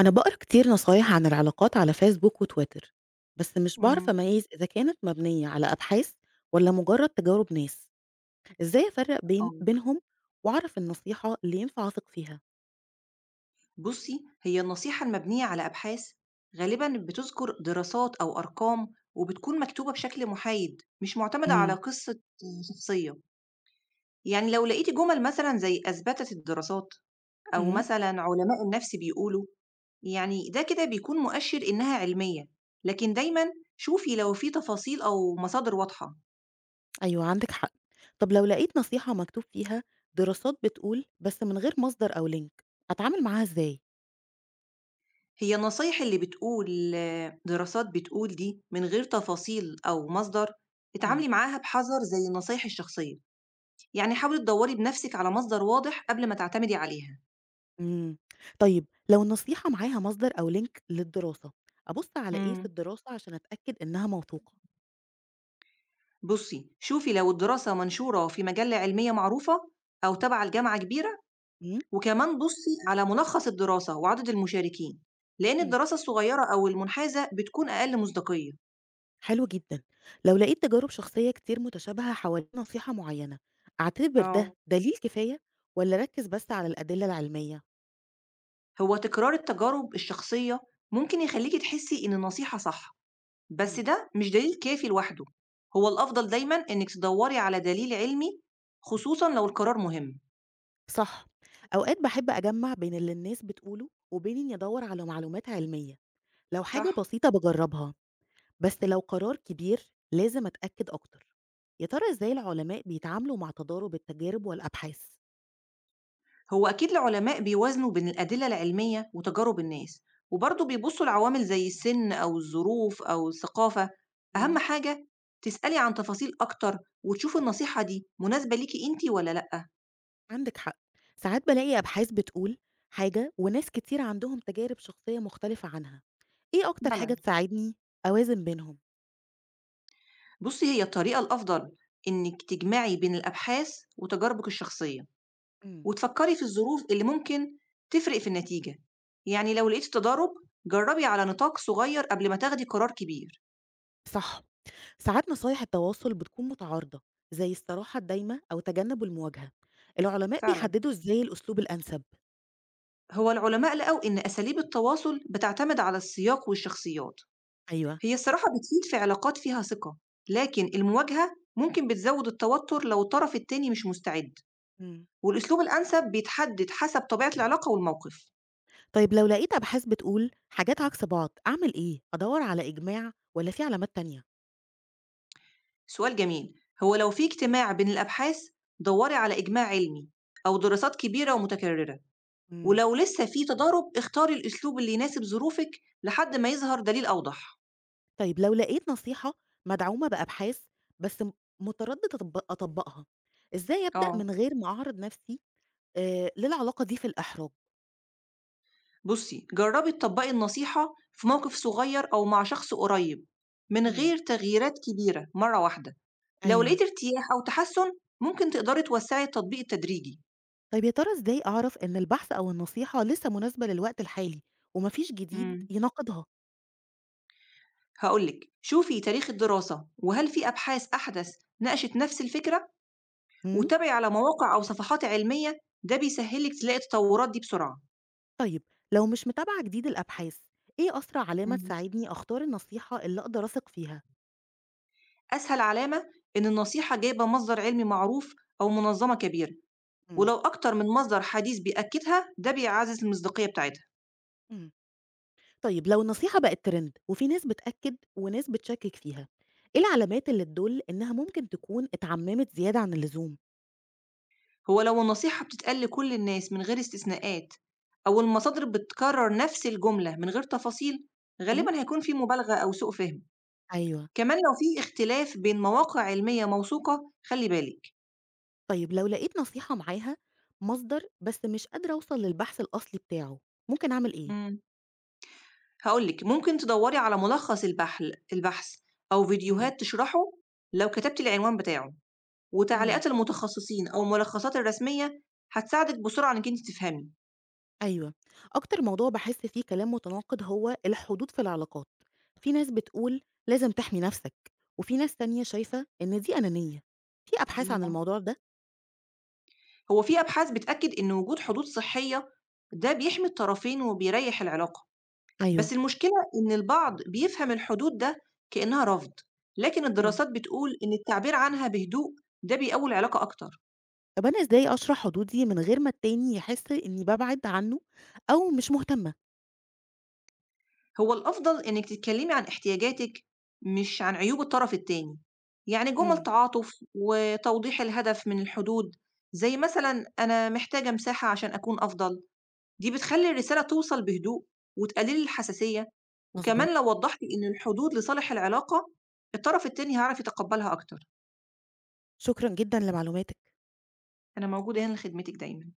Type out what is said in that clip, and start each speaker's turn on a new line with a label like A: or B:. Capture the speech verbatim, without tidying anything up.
A: أنا بقرا كتير نصايح عن العلاقات على فيسبوك وتويتر، بس مش بعرف
B: إمم،
A: أميز إذا كانت مبنية على أبحاث ولا مجرد تجارب ناس، إزاي أفرق بين
B: آه.
A: بينهم وأعرف النصيحة اللي ينفع أثق فيها؟
B: بُصّي، هي النصيحة المبنية على أبحاث غالبًا بتذكر دراسات أو أرقام وبتكون مكتوبة بشكل محايد، مش معتمدة على
A: امم
B: قصة شخصية. يعني لو لقيتِ جُمل مثلًا زي "أثبتت الدراسات" أو
A: امم
B: مثلًا "علماء النفس بيقولوا" يعني ده كده بيكون مؤشر إنها علمية. لكن دايمًا شوفي لو في تفاصيل أو مصادر واضحة.
A: أيوه عندك حق، طب لو لقيت نصيحة مكتوب فيها دراسات بتقول بس من غير مصدر أو لينك، أتعامل معاها إزاي؟
B: هي النصايح اللي بتقول آه، دراسات بتقول دي من غير تفاصيل أو مصدر اتعاملي معاها بحذر زي النصايح الشخصية، يعني حاولي تدوري بنفسك على مصدر واضح قبل ما تعتمدي عليها.
A: امم طيب لو النصيحة معاها مصدر أو لينك للدراسة، أبص على إيه في
B: مم.
A: الدراسة عشان أتأكد إنها موثوقة؟
B: بصي شوفي لو الدراسة منشورة في مجلة علمية معروفة أو تبع الجامعة كبيرة،
A: امم
B: وكمان بصي على ملخص الدراسة وعدد المشاركين لأن الدراسة الصغيرة أو المنحازة بتكون أقل مصداقية.
A: حلو جدًا. لو لقيت تجارب شخصية كتير متشابهة حوالين نصيحة معينة، أعتبر ده
B: اه
A: دليل كفاية والّا أركز بس على الأدلة العلمية؟
B: هو تكرار التجارب الشخصية ممكن يخليكي تحسي إن النصيحة صح، بس
A: امم.
B: ده مش دليل كافي لوحده. هو الأفضل دايمًا إنِّك تدوّري على دليل علمي، خصوصًا لو القرار مهم.
A: صح، أوقات باحب أجمّع بين اللي الناس بتقوله وبين إني أدوّر على معلومات علمية، لو حاجة
B: صح.
A: بسيطة باجرّبها، بس لو قرار كبير لازم أتأكد أكتر. يا ترى إزاي العلماء بيتعاملوا مع تضارب التجارب والأبحاث؟
B: هو أكيد العلماء بيوازنوا بين الأدلة العلمية وتجارب الناس، وبرضه بيبصوا لعوامل زي السن أو الظروف أو الثقافة. أهم
A: امم.
B: حاجة تسألي عن تفاصيل أكتر وتشوفي النصيحة دي مناسبة ليكِ أنتِ والّا لأ.
A: عندِك حق، ساعات بالاقي أبحاث بتقول حاجة وناس كتير عندهم تجارب شخصية مختلفة عنها. إيه
B: إمم.
A: أكتر حاجة
B: فعلًا،
A: تساعدني أوازن بينهم؟
B: بُصّي هي الطريقة الأفضل إنِّك تجمعي بين الأبحاث وتجاربِك الشخصية.
A: إمم.
B: وتفكّري في الظروف اللي ممكن تفرق في النتيجة، يعني لو لقيتِ تضارب جرّبي على نطاق صغير قبل ما تاخدي قرار كبير.
A: صح، ساعات نصايح التواصل بتكون متعارضة، زي الصراحة الدايمة أو تجنب المواجهة، العلماء
B: فعلًا.
A: بيحددوا إزاي الأسلوب الأنسب؟
B: هو العلماء لقوا إن أساليب التواصل بتعتمد على السياق والشخصيات،
A: أيوه،
B: هي الصراحة بتفيد في علاقات فيها ثقة، لكن المواجهة ممكن بتزوّد التوتر لو الطرف التاني مش مستعد،
A: إمم.
B: والأسلوب الأنسب بيتحدد حسب طبيعة العلاقة والموقف.
A: طيب لو لقيت أبحاث بتقول حاجات عكس بعض أعمل إيه؟ أدوّر على إجماع والّا في علامات تانية؟
B: سؤال جميل، هو لو في اجتماع بين الأبحاث دوري على إجماع علمي أو دراسات كبيرة ومتكررة.
A: إمم.
B: ولو لسه في تضارب، اختاري الأسلوب اللي يناسب ظروفِك لحد ما يظهر دليل أوضح.
A: طيب لو لقيت نصيحة مدعومة بأبحاث بس م متردد أطب أطبّقها، إزاي أبدأ
B: آه.
A: من غير ما أعرض نفسي آآ للعلاقة دي في الإحراج؟
B: بُصّي، جرّبي تطبّقي النصيحة في موقف صغير أو مع شخص قريب من
A: إمم.
B: غير تغييرات كبيرة مرّة واحدة، لو
A: أيوه.
B: لقيتِ ارتياح أو تحسُّن ممكن تقدري توسّعي التطبيق التدريجي.
A: طيب يا ترى إزاي أعرف إن البحث أو النصيحة لسه مناسبة للوقت الحالي وما فيش جديد
B: إمم.
A: يناقضها؟
B: هاقول لِك، شوفي تاريخ الدراسة وهل في أبحاث أحدث ناقشت نفس الفكرة،
A: إمم،
B: واتابعي على مواقع أو صفحات علمية، ده بيسهّل لِك تلاقي التطورات دي بسرعة.
A: طيب لو مش متابعة جديد الأبحاث، إيه أسرع علامة
B: إمم.
A: تساعدني أختار النصيحة اللي أقدر أثق فيها؟
B: أسهل علامة إن النصيحة جايبة مصدر علمي معروف أو منظمة كبيرة،
A: إمم،
B: ولو أكتر من مصدر حديث بيأكدها ده بيعزز المصداقية بتاعتها.
A: إمم، طيب لو النصيحة بقت ترند وفي ناس بتأكد وناس بتشكك فيها، إيه العلامات اللي تدل إنها ممكن تكون اتعممت زيادة عن اللزوم؟
B: هو لو النصيحة بتتقال لكل الناس من غير استثناءات أو المصادر بتكرر نفس الجملة من غير تفاصيل
A: إمم،
B: غالبا هيكون في مبالغة أو سوء فهم.
A: أيوه،
B: كمان لو في اختلاف بين مواقع علمية موثوقة خلي بالك.
A: طيب لو لقيت نصيحة معاها مصدر بس مش قادرة أوصل للبحث الأصلي بتاعه، ممكن أعمل إيه؟
B: مم. هقولك ممكن تدوري على ملخص البحل البحث أو
A: إمم،
B: فيديوهات تشرحه، لو كتبت العنوان بتاعه
A: إمم.
B: وتعليقات المتخصصين أو الملخصات الرسمية هتساعدِك بسرعة إنِّك أنتِ تفهمي.
A: أيوه. أكتر موضوع باحس فيه كلام متناقض هو الحدود في العلاقات. في ناس بتقول لازم تحمي نَفْسك، وفي ناس تانية شايفة إن دي أنانية. في أبحاث عن
B: إمم.
A: الموضوع ده؟
B: هو في أبحاث بتأكد إن وجود حدود صحية ده بيحمي الطرفين وبيريّح العلاقة،
A: أيوه.
B: بس المشكلة إن البعض بيفهم الحدود ده كإنها رفض، لكن
A: إمم.
B: الدراسات بتقول إن التعبير عنها بهدوء ده بيقوي العلاقة أكتر.
A: طب أنا إزاي أشرح حدودي من غير ما التاني يحس إنّي بابعد عنّه أو مش مهتمة؟
B: هو الأفضل إنِّك تتكلّمي عن احتياجاتِك مش عن عيوب الطرف التاني، يعني جُمل
A: إمم.
B: تعاطف وتوضيح الهدف من الحدود، زي مثلًا أنا محتاجة مساحة عشان أكون أفضل، دي بتخلّي الرسالة توصل بهدوء وتقلّل الحساسية،
A: مضبوط.
B: وكمان لو وضّحتِ إن الحدود لصالح العلاقة، الطرف التاني هيعرف يتقبّلها أكتر.
A: شكرًا جدًا لمعلوماتك.
B: أنا موجودة هنا لخدمتِك دايمًا.